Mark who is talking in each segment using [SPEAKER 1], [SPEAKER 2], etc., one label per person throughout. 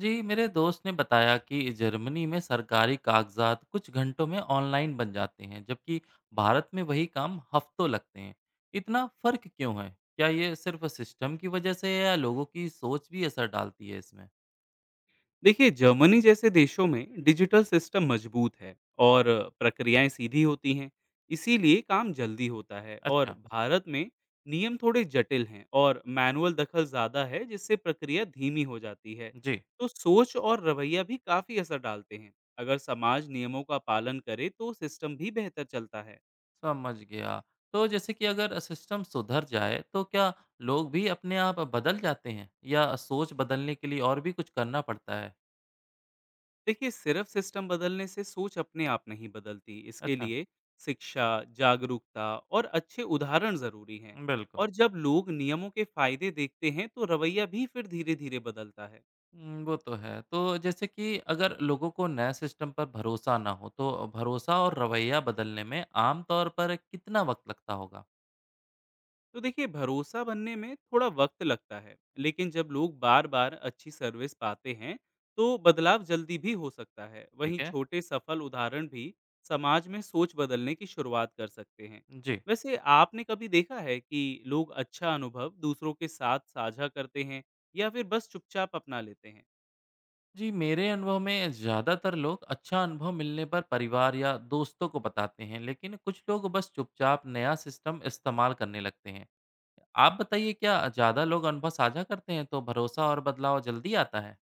[SPEAKER 1] जी, मेरे दोस्त ने बताया कि जर्मनी में सरकारी कागजात कुछ घंटों में ऑनलाइन बन जाते हैं, जबकि भारत में वही काम हफ्तों लगते हैं। इतना फर्क क्यों है? क्या ये सिर्फ सिस्टम की वजह से है या लोगों की सोच भी असर डालती है इसमें?
[SPEAKER 2] देखिए, जर्मनी जैसे देशों में डिजिटल सिस्टम मजबूत है और प्रक्रियाएं सीधी होती हैं, इसीलिए काम जल्दी होता है। और
[SPEAKER 1] अच्छा।
[SPEAKER 2] भारत में नियम थोड़े जटिल हैं और मैनुअल दखल ज़्यादा है, जिससे प्रक्रिया धीमी हो जाती है।
[SPEAKER 1] जी।
[SPEAKER 2] तो सोच और रवैया भी काफ़ी असर डालते हैं। अगर समाज नियमों का पालन करे तो सिस्टम भी बेहतर चलता है।
[SPEAKER 1] समझ गया। तो जैसे कि अगर सिस्टम सुधर जाए तो क्या लोग भी अपने आप बदल जाते हैं, या सोच बदलने के लिए और भी कुछ करना पड़ता है?
[SPEAKER 2] देखिए, सिर्फ सिस्टम बदलने से सोच अपने आप नहीं बदलती। इसके
[SPEAKER 1] अच्छा।
[SPEAKER 2] लिए शिक्षा, जागरूकता और अच्छे उदाहरण जरूरी हैं।
[SPEAKER 1] बिल्कुल।
[SPEAKER 2] और जब लोग नियमों के फायदे देखते हैं तो रवैया भी फिर धीरे धीरे बदलता है।
[SPEAKER 1] वो तो है। तो जैसे कि अगर लोगों को नए सिस्टम पर भरोसा ना हो, तो भरोसा और रवैया बदलने में आम तौर पर कितना वक़्त लगता होगा?
[SPEAKER 2] तो देखिए, भरोसा बनने में थोड़ा वक्त लगता है, लेकिन जब लोग बार बार अच्छी सर्विस पाते हैं तो बदलाव जल्दी भी हो सकता है। वहीं
[SPEAKER 1] ठीक है।
[SPEAKER 2] छोटे सफल उदाहरण भी समाज में सोच बदलने की शुरुआत कर सकते हैं।
[SPEAKER 1] जी।
[SPEAKER 2] वैसे आपने कभी देखा है कि लोग अच्छा अनुभव दूसरों के साथ साझा करते हैं या फिर बस चुपचाप अपना लेते हैं?
[SPEAKER 1] जी, मेरे अनुभव में ज़्यादातर लोग अच्छा अनुभव मिलने पर परिवार या दोस्तों को बताते हैं, लेकिन कुछ लोग बस चुपचाप नया सिस्टम इस्तेमाल करने लगते हैं। आप बताइए, क्या ज़्यादा लोग अनुभव साझा करते हैं, तो भरोसा और बदलाव जल्दी आता है?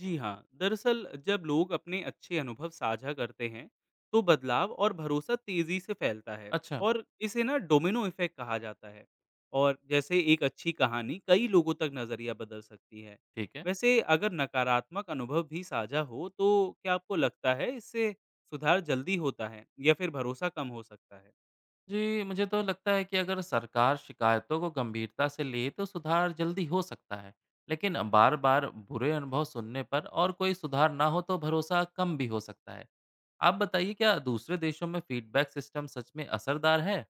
[SPEAKER 2] जी हाँ, दरअसल जब लोग अपने अच्छे अनुभव साझा करते हैं तो बदलाव और भरोसा तेजी से फैलता है।
[SPEAKER 1] अच्छा।
[SPEAKER 2] और इसे ना डोमिनो इफेक्ट कहा जाता है। और जैसे एक अच्छी कहानी कई लोगों तक नजरिया बदल सकती है।
[SPEAKER 1] ठीक है।
[SPEAKER 2] वैसे अगर नकारात्मक अनुभव भी साझा हो तो क्या आपको लगता है इससे सुधार जल्दी होता है या फिर भरोसा कम हो सकता है?
[SPEAKER 1] जी, मुझे तो लगता है कि अगर सरकार शिकायतों को गंभीरता से ले तो सुधार जल्दी हो सकता है। लेकिन बार-बार बुरे अनुभव सुनने पर और कोई सुधार ना हो तो भरोसा कम भी हो सकता है। आप बताइए, क्या दूसरे देशों में फीडबैक सिस्टम सच में असरदार है?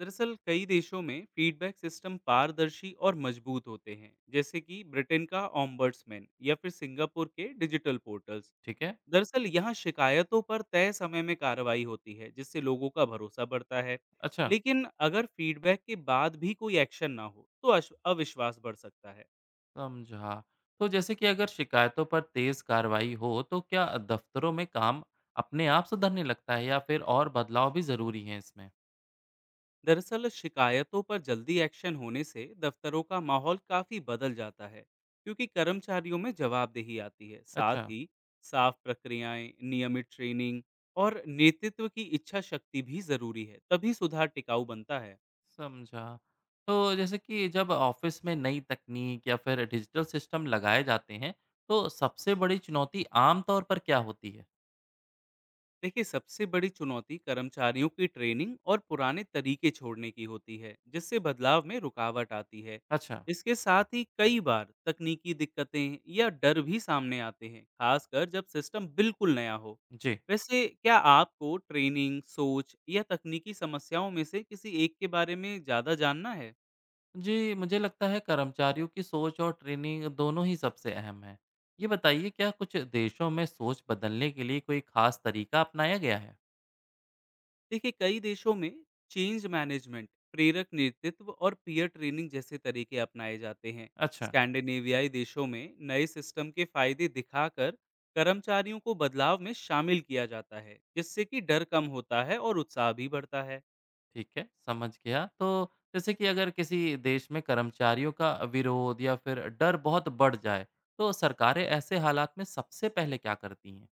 [SPEAKER 2] दरअसल कई देशों में फीडबैक सिस्टम पारदर्शी और मजबूत होते हैं, जैसे कि ब्रिटेन का ऑम्बर्ट्समैन या फिर सिंगापुर के डिजिटल पोर्टल्स।
[SPEAKER 1] ठीक है।
[SPEAKER 2] दरअसल यहाँ शिकायतों पर तय समय में कार्रवाई होती है, जिससे लोगों का भरोसा बढ़ता है।
[SPEAKER 1] अच्छा।
[SPEAKER 2] लेकिन अगर फीडबैक के बाद भी कोई एक्शन ना हो तो अविश्वास बढ़ सकता है।
[SPEAKER 1] समझा। तो जैसे कि अगर शिकायतों पर तेज़ कार्रवाई हो तो क्या दफ्तरों में काम अपने आप सुधरने लगता है या फिर और बदलाव भी ज़रूरी हैं इसमें?
[SPEAKER 2] दरअसल शिकायतों पर जल्दी एक्शन होने से दफ्तरों का माहौल काफी बदल जाता है, क्योंकि कर्मचारियों में जवाबदेही आती है। साथ
[SPEAKER 1] अच्छा।
[SPEAKER 2] ही साफ प्रक्रियाएं, नियमित ट्रेनिंग और नेतृत्व की इच्छा शक्ति भी जरूरी है, तभी सुधार टिकाऊ बनता है।
[SPEAKER 1] समझा। तो जैसे कि जब ऑफ़िस में नई तकनीक या फिर डिजिटल सिस्टम लगाए जाते हैं, तो सबसे बड़ी चुनौती आम तौर पर क्या होती है?
[SPEAKER 2] देखिए, सबसे बड़ी चुनौती कर्मचारियों की ट्रेनिंग और पुराने तरीके छोड़ने की होती है, जिससे बदलाव में रुकावट आती है।
[SPEAKER 1] अच्छा।
[SPEAKER 2] इसके साथ ही कई बार तकनीकी दिक्कतें या डर भी सामने आते हैं, खासकर जब सिस्टम बिल्कुल नया हो।
[SPEAKER 1] जी।
[SPEAKER 2] वैसे क्या आपको ट्रेनिंग, सोच या तकनीकी समस्याओं में से किसी एक के बारे में ज़्यादा जानना है?
[SPEAKER 1] जी, मुझे लगता है कर्मचारियों की सोच और ट्रेनिंग दोनों ही सबसे अहम है। ये बताइए, क्या कुछ देशों में सोच बदलने के लिए कोई ख़ास तरीका अपनाया गया है?
[SPEAKER 2] देखिए, कई देशों में चेंज मैनेजमेंट, प्रेरक नेतृत्व और पीयर ट्रेनिंग जैसे तरीके अपनाए जाते हैं।
[SPEAKER 1] अच्छा।
[SPEAKER 2] स्कैंडिनेवियाई देशों में नए सिस्टम के फायदे दिखाकर कर्मचारियों को बदलाव में शामिल किया जाता है, जिससे कि डर कम होता है और उत्साह भी बढ़ता है।
[SPEAKER 1] ठीक है, समझ गया। तो जैसे कि अगर किसी देश में कर्मचारियों का विरोध या फिर डर बहुत बढ़ जाए, तो सरकारें ऐसे हालात में सबसे पहले क्या करती हैं?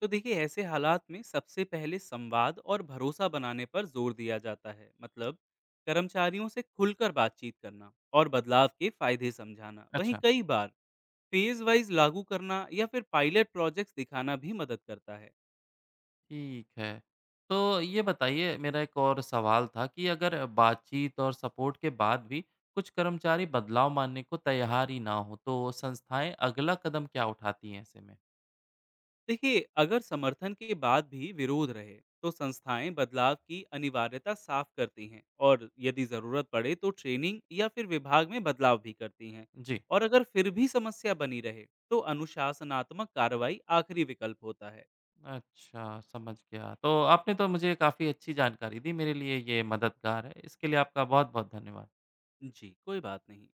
[SPEAKER 2] तो देखिए, ऐसे हालात में सबसे पहले संवाद और भरोसा बनाने पर जोर दिया जाता है। मतलब कर्मचारियों से खुलकर बातचीत करना और बदलाव के फायदे समझाना। वहीं
[SPEAKER 1] अच्छा।
[SPEAKER 2] कई बार फेज वाइज लागू करना या फिर पायलट प्रोजेक्ट्स दिखाना भी मदद करता है।
[SPEAKER 1] ठीक है। तो ये बताइए, मेरा एक और सवाल था कि अगर बातचीत और सपोर्ट के बाद भी कुछ कर्मचारी बदलाव मानने को तैयार ही ना हो, तो संस्थाएं अगला कदम क्या उठाती हैं ऐसे में?
[SPEAKER 2] देखिए, अगर समर्थन के बाद भी विरोध रहे तो संस्थाएं बदलाव की अनिवार्यता साफ करती हैं, और यदि ज़रूरत पड़े तो ट्रेनिंग या फिर विभाग में बदलाव भी करती हैं।
[SPEAKER 1] जी।
[SPEAKER 2] और अगर फिर भी समस्या बनी रहे तो अनुशासनात्मक कार्रवाई आखिरी विकल्प होता है।
[SPEAKER 1] अच्छा, समझ गया। तो आपने तो मुझे काफ़ी अच्छी जानकारी दी, मेरे लिए ये मददगार है। इसके लिए आपका बहुत-बहुत धन्यवाद।
[SPEAKER 2] जी, कोई बात नहीं।